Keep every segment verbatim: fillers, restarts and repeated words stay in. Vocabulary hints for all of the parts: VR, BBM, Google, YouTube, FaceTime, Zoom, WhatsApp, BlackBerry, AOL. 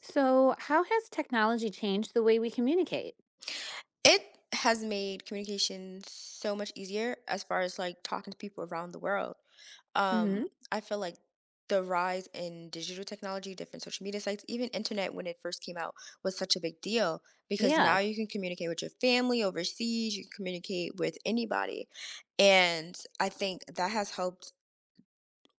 So, how has technology changed the way we communicate? It has made communication so much easier as far as like talking to people around the world. Um, Mhm. I feel like the rise in digital technology, different social media sites, even internet when it first came out was such a big deal because Yeah. now you can communicate with your family overseas, you can communicate with anybody. And I think that has helped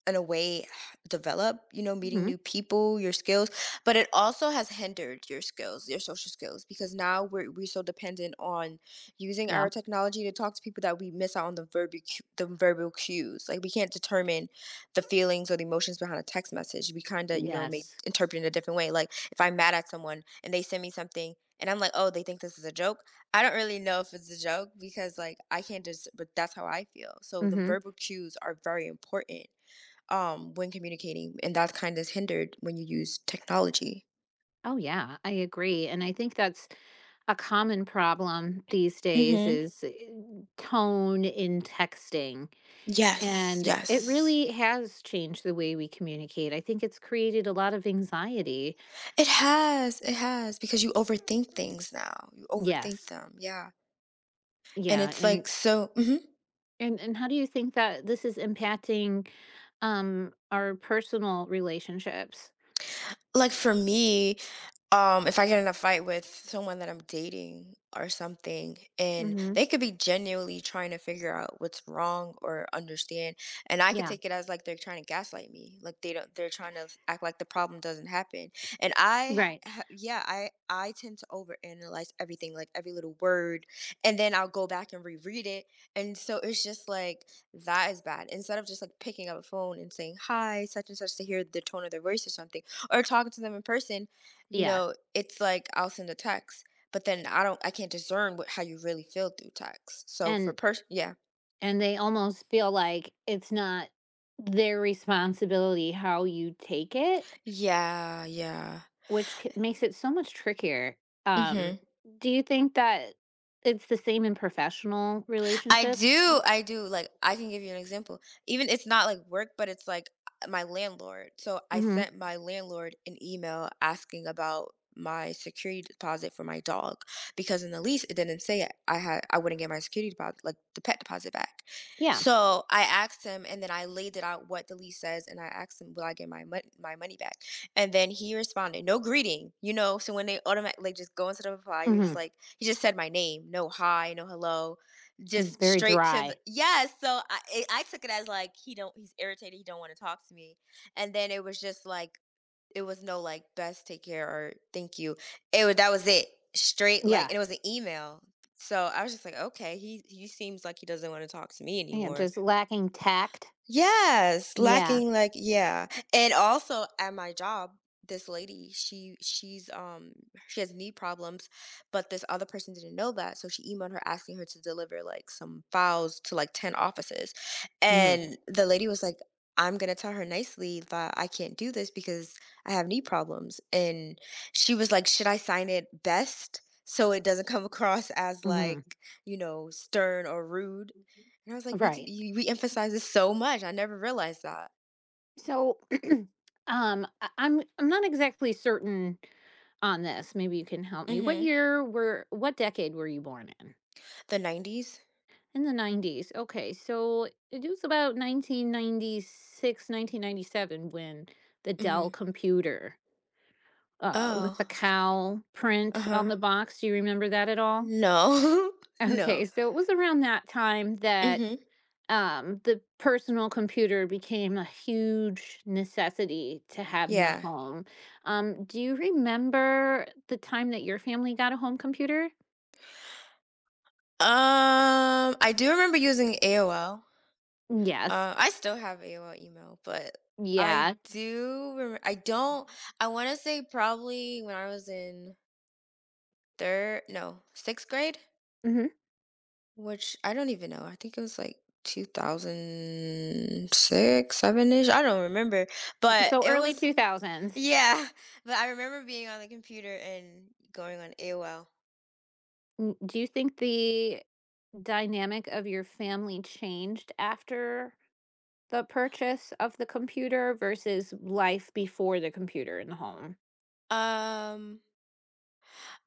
in a way develop you know meeting Mhm. new people, your skills, but it also has hindered your skills, your social skills, because now we're, we're so dependent on using our Yep. technology to talk to people that we miss out on the verbal cu- the verbal cues. Like we can't determine the feelings or the emotions behind a text message. We kind of, you know, may Yes. interpret it a different way. Like if I'm mad at someone and they send me something and I'm like, oh, they think this is a joke. I don't really know if it's a joke because like I can't just, but that's how I feel. So the Mhm. verbal cues are very important um, when communicating, and that kind is hindered when you use technology. Oh yeah, I agree, and I think that's a common problem these days Mm-hmm. is eh, tone in texting, Yes, and it yes. really has changed the way we communicate. I think it's created a lot of anxiety. It has, it has, because you overthink things now. You overthink Yes. them, yeah. And Yeah, it's and like so. mhm. and and how do you think that this is impacting um our personal relationships? Like for me, um, if I get in a fight with someone that I'm dating or something, and Mhm. they could be genuinely trying to figure out what's wrong or understand, and I could Yeah. take it as like they're trying to gaslight me, like they don't, they're trying to act like the problem doesn't happen. And I, Right. ha- yeah, I, I tend to overanalyze everything, like every little word, and then I'll go back and reread it, and so it's just like that is bad. Instead of just like picking up a phone and saying hi, such and such, to hear the tone of their voice or something, or talking to them in person, you Yeah. know, it's like I'll send a text, but then I don't I can't discern what how you really feel through text. So for And person, yeah. and they almost feel like it's not their responsibility how you take it, Yeah, yeah. which c- makes it so much trickier. Um Mhm. do you think that it's the same in professional I relationships? do, I do. Like, I can give you an example. Even it's not like work, but it's like uh, my landlord. So I Mhm. sent my landlord an email asking about my security deposit for my dog because in the lease it didn't say it. I had I wouldn't get my security deposit, like the pet deposit back. Yeah. So I asked him, and then I laid it out what the lease says, and I asked him, "Will I get my money, my money back?" And then he responded, "No greeting, you know." So when they automatically like, just go into the reply, he was Mhm. like, he just said my name, no hi, no hello, It's just very straight to the dry. yes, so I it I took it as, like, he don't he's irritated, he don't wanna talk to me, and then it was just, like it was no, like, "Best take care," or "Thank you." It wa that was it. Straight, like, Yeah. and it was an email. So, I was just like, "Okay, he he seems like he doesn't wanna talk to me Yeah, anymore." just lacking tact. Yes, Yeah. lacking like, yeah. And also at my job, this lady, she she's um she has knee problems, but this other person didn't know that, so she emailed her asking her to deliver like some files to like ten offices. Mhm. And the lady was like, "I'm going to tell her nicely that I can't do this because I have knee problems." And she was like, "Should I sign it best so it doesn't come across as Mhm. like, you know, stern or rude?" And I was like, "We t Right. you we emphasize this so much, I never realized that." So, um, I- I'm I'm not exactly certain on this. Maybe you can help me. What Mhm. year were what decade were you born in? The nineties? In the nineties. Okay. So, it was about nineteen ninety-six, nineteen ninety-seven when the Dell Mhm. computer uh with Oh. the cow print on Uh-huh. the box. Do you remember that at all? No. Okay, No. so it was around that time that Mhm. um, the personal computer became a huge necessity to have in the Yeah. home. Um, do you remember the time that your family got a home computer? Um, I do remember using A O L. Yes. Uh, I still have A O L email, but I Yeah. do remem I don't. I wanna say probably when I was in third no, sixth grade? Hmm. Which I don't even know. I think it was like two thousand six, seven-ish. I don't remember. But So it early was, two thousands. yeah, but I remember being on the computer and going on A O L. N- Do you think the dynamic of your family changed after the purchase of the computer versus life before the computer in the home? Um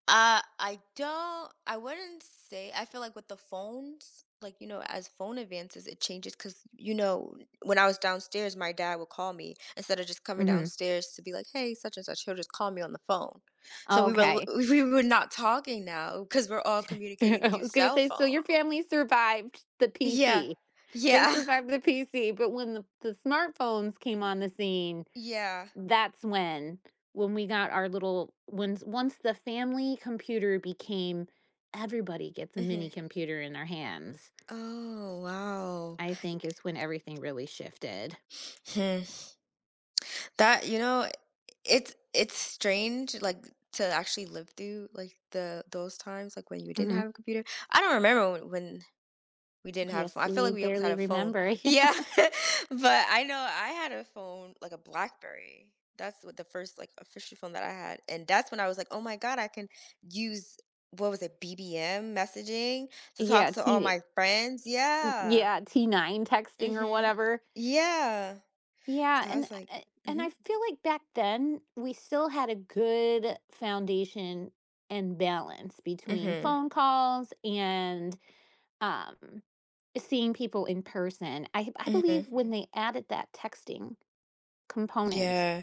Uh, I don't, I wouldn't say. I feel like with the phones, like, you know, as phone advances, it changes. Cause you know, when I was downstairs, my dad would call me instead of just coming Hmm. downstairs to be like, "Hey, such and such," he'll just call me on the phone. So we were l- Okay. we were not talking now because 'cause we're all communicating I through was gonna cell say, so phone. your family survived the Yeah. P C. They Yeah. survived the P C, but when the, the smartphones came on the scene, Yeah. that's when when we got our little once once the family computer became everybody gets a mini hmm computer in their hands. Oh, wow. I think is when everything really shifted. Hmm. That, you know, It's it's strange, like, to actually live through, like, the those times, like, when you didn't Hmm. have a computer. I don't remember when when we didn't have a Yes, phone. I feel like you we always had barely a phone. remember. Yeah, but I know I had a phone, like, a BlackBerry. That's what the first, like, official phone that I had, and that's when I was like, "Oh my god, I can use" what was it, B B M messaging to Yeah, talk to all T my friends. Yeah. yeah, T nine texting or Mhm. whatever. Yeah. Yeah, So I and was like, a and mhm. I feel like back then, we still had a good foundation and balance between Mhm. phone calls and, um, seeing people in person. I I Mhm. believe when they added that texting component, Yeah.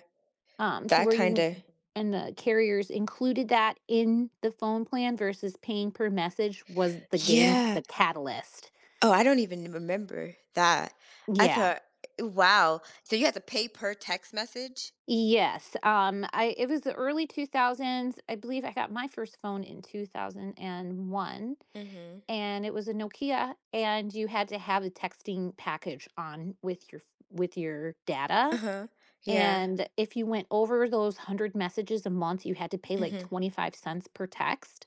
um, to That where you kinda. and the carriers included that in the phone plan versus paying per message was the game Yeah. the catalyst. Oh, I don't even remember that. I Yeah. thought eh, wow. So you have to pay per text message? Yes, um, I it was the early two thousands. I believe I got my first phone in two thousand one, and one, Mhm. and it was a Nokia, and you had to have a texting package on with your with your data, Uh-huh. Yeah. and if you went over those one hundred messages a month, you had to pay like Mhm. twenty-five cents per text.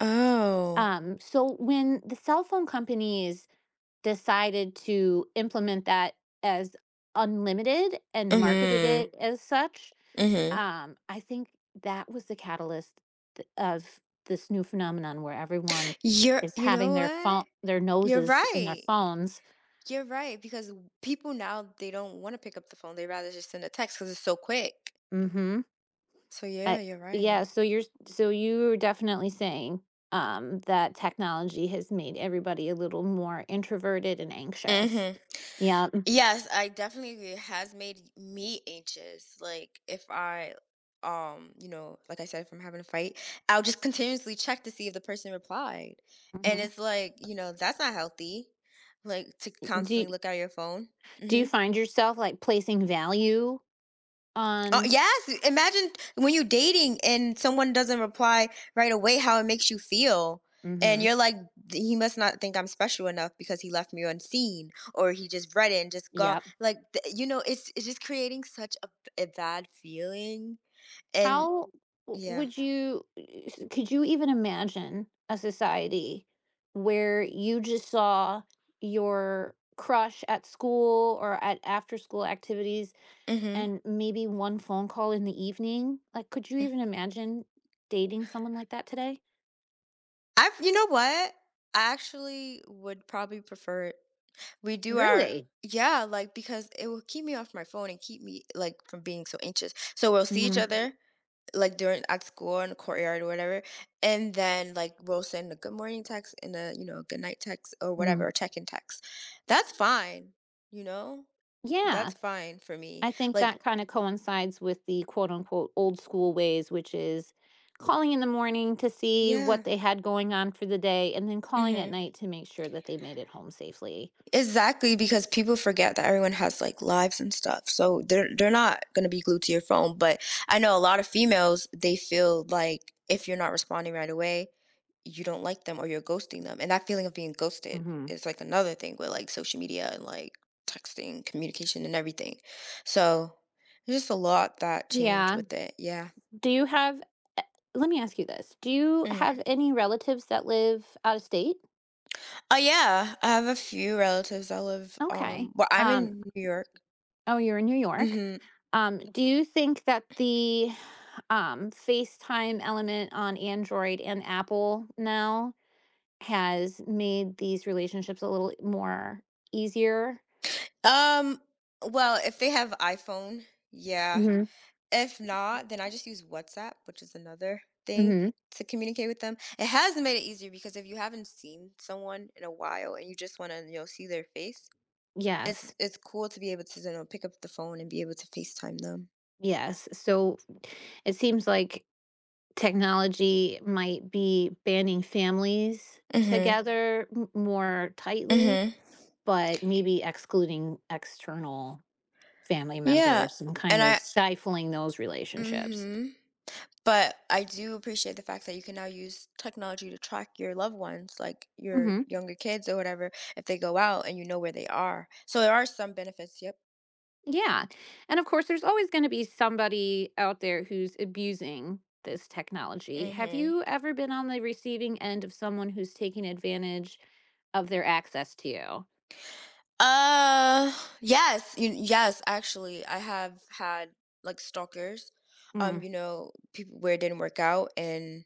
Oh. Um, so when the cell phone companies decided to implement that as unlimited and marketed Mhm. it as such, Mhm. um, I think that was the catalyst th of this new phenomenon where everyone You're is you having know their phone what? their You're noses in their right. phones. You're right, because w people now, they don't wanna pick up the phone, they rather just send a text because it's so quick. Mhm. So I yeah, you're right. Yeah, so you're so you're definitely saying, um, that technology has made everybody a little more introverted and anxious. Mhm. Yeah, Yes, I definitely agree. It has made me anxious. Like if I um, you know, like I said, from having a fight, I'll just continuously check to see if the person replied. And mhm. it's like, you know, that's not healthy. Like to Do you, constantly look at your phone. do you hmm find yourself, like, placing value Uh, on yes. Imagine when you're dating and someone doesn't reply right away how it makes you feel. And mhm, you're like, he must not think I'm special enough because he left me unseen or he just read it and just gone. yep. Like, th- you know, it's, it's just creating such a a bad feeling. And How w yeah. would you s- could you even imagine a society where you just saw your crush at school or at after-school activities Mm-hmm. and maybe one phone call in the evening? Like, could you even imagine dating someone like that today? I've, you know what? I actually would probably prefer it. We do our, Really? yeah, like because it will keep me off my phone and keep me like from being so anxious. So we'll see each Mhm, other like during at school in the courtyard or whatever, and then like we'll send a good morning text and a, you know, good night text or mhm. whatever, a check-in text. That's fine, you know, Yeah. that's fine for me, I think like, that kind of coincides with the quote unquote old school ways, which is calling in the morning to see yeah. what they had going on for the day and then calling at hmm night to make sure that they made it home safely. Exactly, because people forget that everyone has like lives and stuff. So they're they're not gonna be glued to your phone. But I know a lot of females, they feel like if you're not responding right away, you don't like them or you're ghosting them. And that feeling of being ghosted Hmm. is like another thing with like social media and like texting, communication and everything. So there's just a lot that changed Yeah. with it. Yeah. Do you have, eh, let me ask you this. Do you Mm. have any relatives that live out of state? Oh yeah, I have a few relatives that live Okay. um well, I'm Um, in New York. oh, you're in New York. Mhm. Um, do you think that the um, FaceTime element on Android and Apple now has made these relationships a little more easier? Um, well, if they have iPhone, yeah. Mhm. If not, then I just use WhatsApp, which is another thing Mhm. to communicate with them. It has made it easier because if you haven't seen someone in a while and you just want to, you know, see their face, it's Yes, it's cool to be able to, you know, pick up the phone and be able to FaceTime them. yes. So it seems like technology might be banding families Mhm. together m- more tightly, Mhm. but maybe excluding external family Yeah. members and kind And of I stifling those relationships. mhm. But I do appreciate the fact that you can now use technology to track your loved ones, like your Mhm. younger kids or whatever, if they go out and you know where they are. So there are some benefits, yep. Yeah. And of course, there's always going to be somebody out there who's abusing this technology. Have Mhm. you ever been on the receiving end of someone who's taking advantage of their access to you? Uh, yes, you, yes, actually, I have had like stalkers, Mm, um, you know, people where it didn't work out. And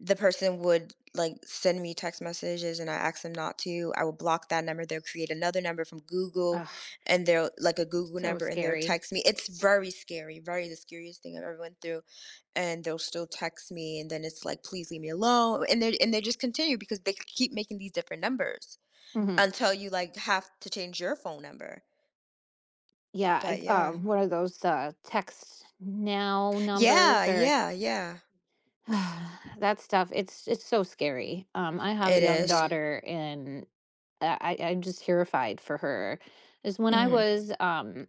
the person would, like, send me text messages and I ask them not to. I will block that number, they'll create another number from Google, ugh, and they'll like, a Google so number, and they'll scary. text me. It's very scary, very the scariest thing I've ever went through, and they'll still text me, and then it's like, "Please leave me alone," and they and they just continue because they keep making these different numbers Hmm. until you, like, have to change your phone number. Yeah. I- But Uh, yeah. One of those uh, text now Yeah, numbers or yeah, yeah. that stuff. It's it's so scary. Um, I have a It young is. daughter, and I, I- I'm just terrified for her. Is when I Mhm, was um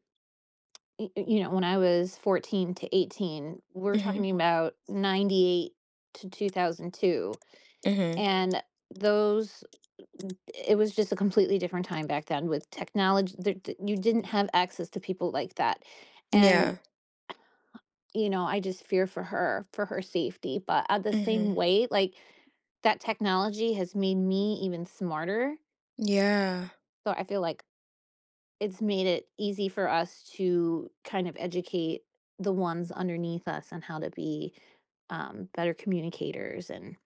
y- you know, When I was fourteen to eighteen, we're mhm, talking about ninety-eight to two thousand two. mhm. And those, mm, it was just a completely different time back then with technology. There, d- you didn't have access to people like that. And, Yeah. you know, I just fear for her, for her safety. But at the Mhm. same way, like that technology has made me even smarter. Yeah. So I feel like it's made it easy for us to kind of educate the ones underneath us on how to be, um, better communicators and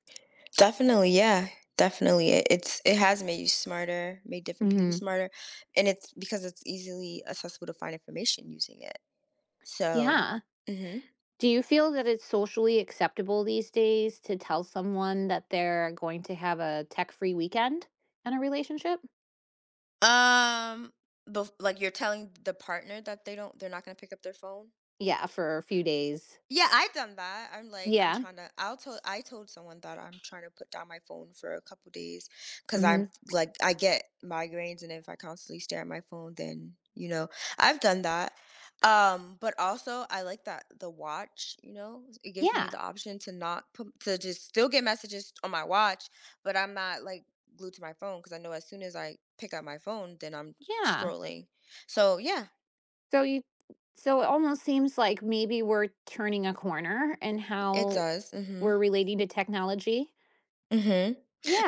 Definitely, yeah. Definitely. It it's it has made you smarter, made different people Mhm. smarter, and it's because it's easily accessible to find information using it. So Yeah. mhm. Do you feel that it's socially acceptable these days to tell someone that they're going to have a tech-free weekend in a relationship? Um, bef, like, you're telling the partner that they don't they're not gonna pick up their phone? Yeah, for a few days. Yeah, I've done that. I'm like, I'm Yeah. trying to. I'll tell. I told someone that I'm trying to put down my phone for a couple days because I'm Mhm. like, I get migraines, and if I constantly stare at my phone, then you know, I've done that. Um, but also, I like that the watch. You know, it gives me Yeah. the option to not put to just still get messages on my watch, but I'm not like glued to my phone because I know as soon as I pick up my phone, then I'm Yeah. scrolling. So yeah, So you so it almost seems like maybe we're turning a corner in it how does. hmm we're relating to technology. Mhm.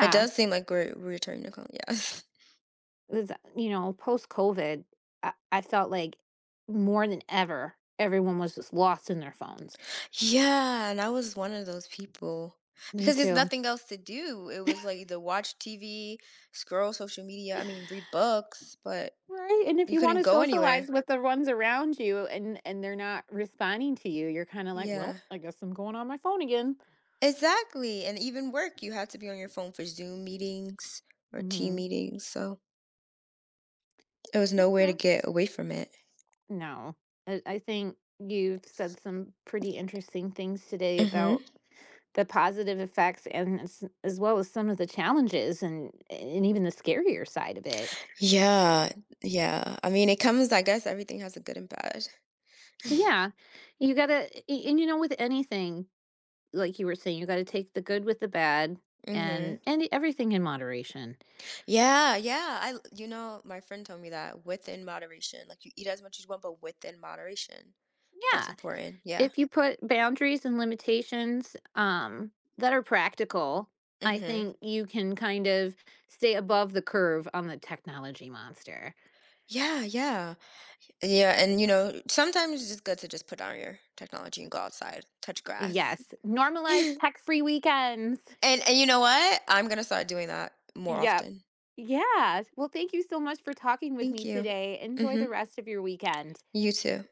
It does seem like we're we're returning to home, yes. With, you know, post COVID, I I felt like more than ever, everyone was just lost in their phones. Yeah, and I was one of those people Me because there's too. nothing else to do. It was like either watch T V, scroll social media, I mean, read books, but Right, and if you you couldn't wanna go socialize anywhere. with the ones around you and and they're not responding to you, you're kinda like, "Well, Yeah. I guess I'm going on my phone again." Exactly. And even work, you had to be on your phone for Zoom meetings or team Mhm. meetings, so it was nowhere to Yeah. get away from it. No. I I think you've said some pretty interesting things today Mhm. about the positive effects and as as well as some of the challenges and and even the scarier side of it. Yeah. Yeah. I mean, it comes, I guess everything has a good and bad. Yeah. You gotta a and you know, with anything, like you were saying, you gotta take the good with the bad and Mhm. and everything in moderation. Yeah, yeah. I, you know, my friend told me that within moderation. Like you eat as much as you want, but within moderation. That's Yeah. important. Yeah. If you put boundaries and limitations, um, that are practical, I Mm-hmm. think you can kind of stay above the curve on the technology monster. Yeah, yeah. Yeah, and you know, sometimes it's just good to just put down your technology and go outside, touch grass. Yes. Normalize tech-free weekends. And and you know what? I'm gonna start doing that more Yep. often. Yeah. Well, thank you so much for talking with Thank me you. today. Enjoy the Mm-hmm. rest of your weekend. You too.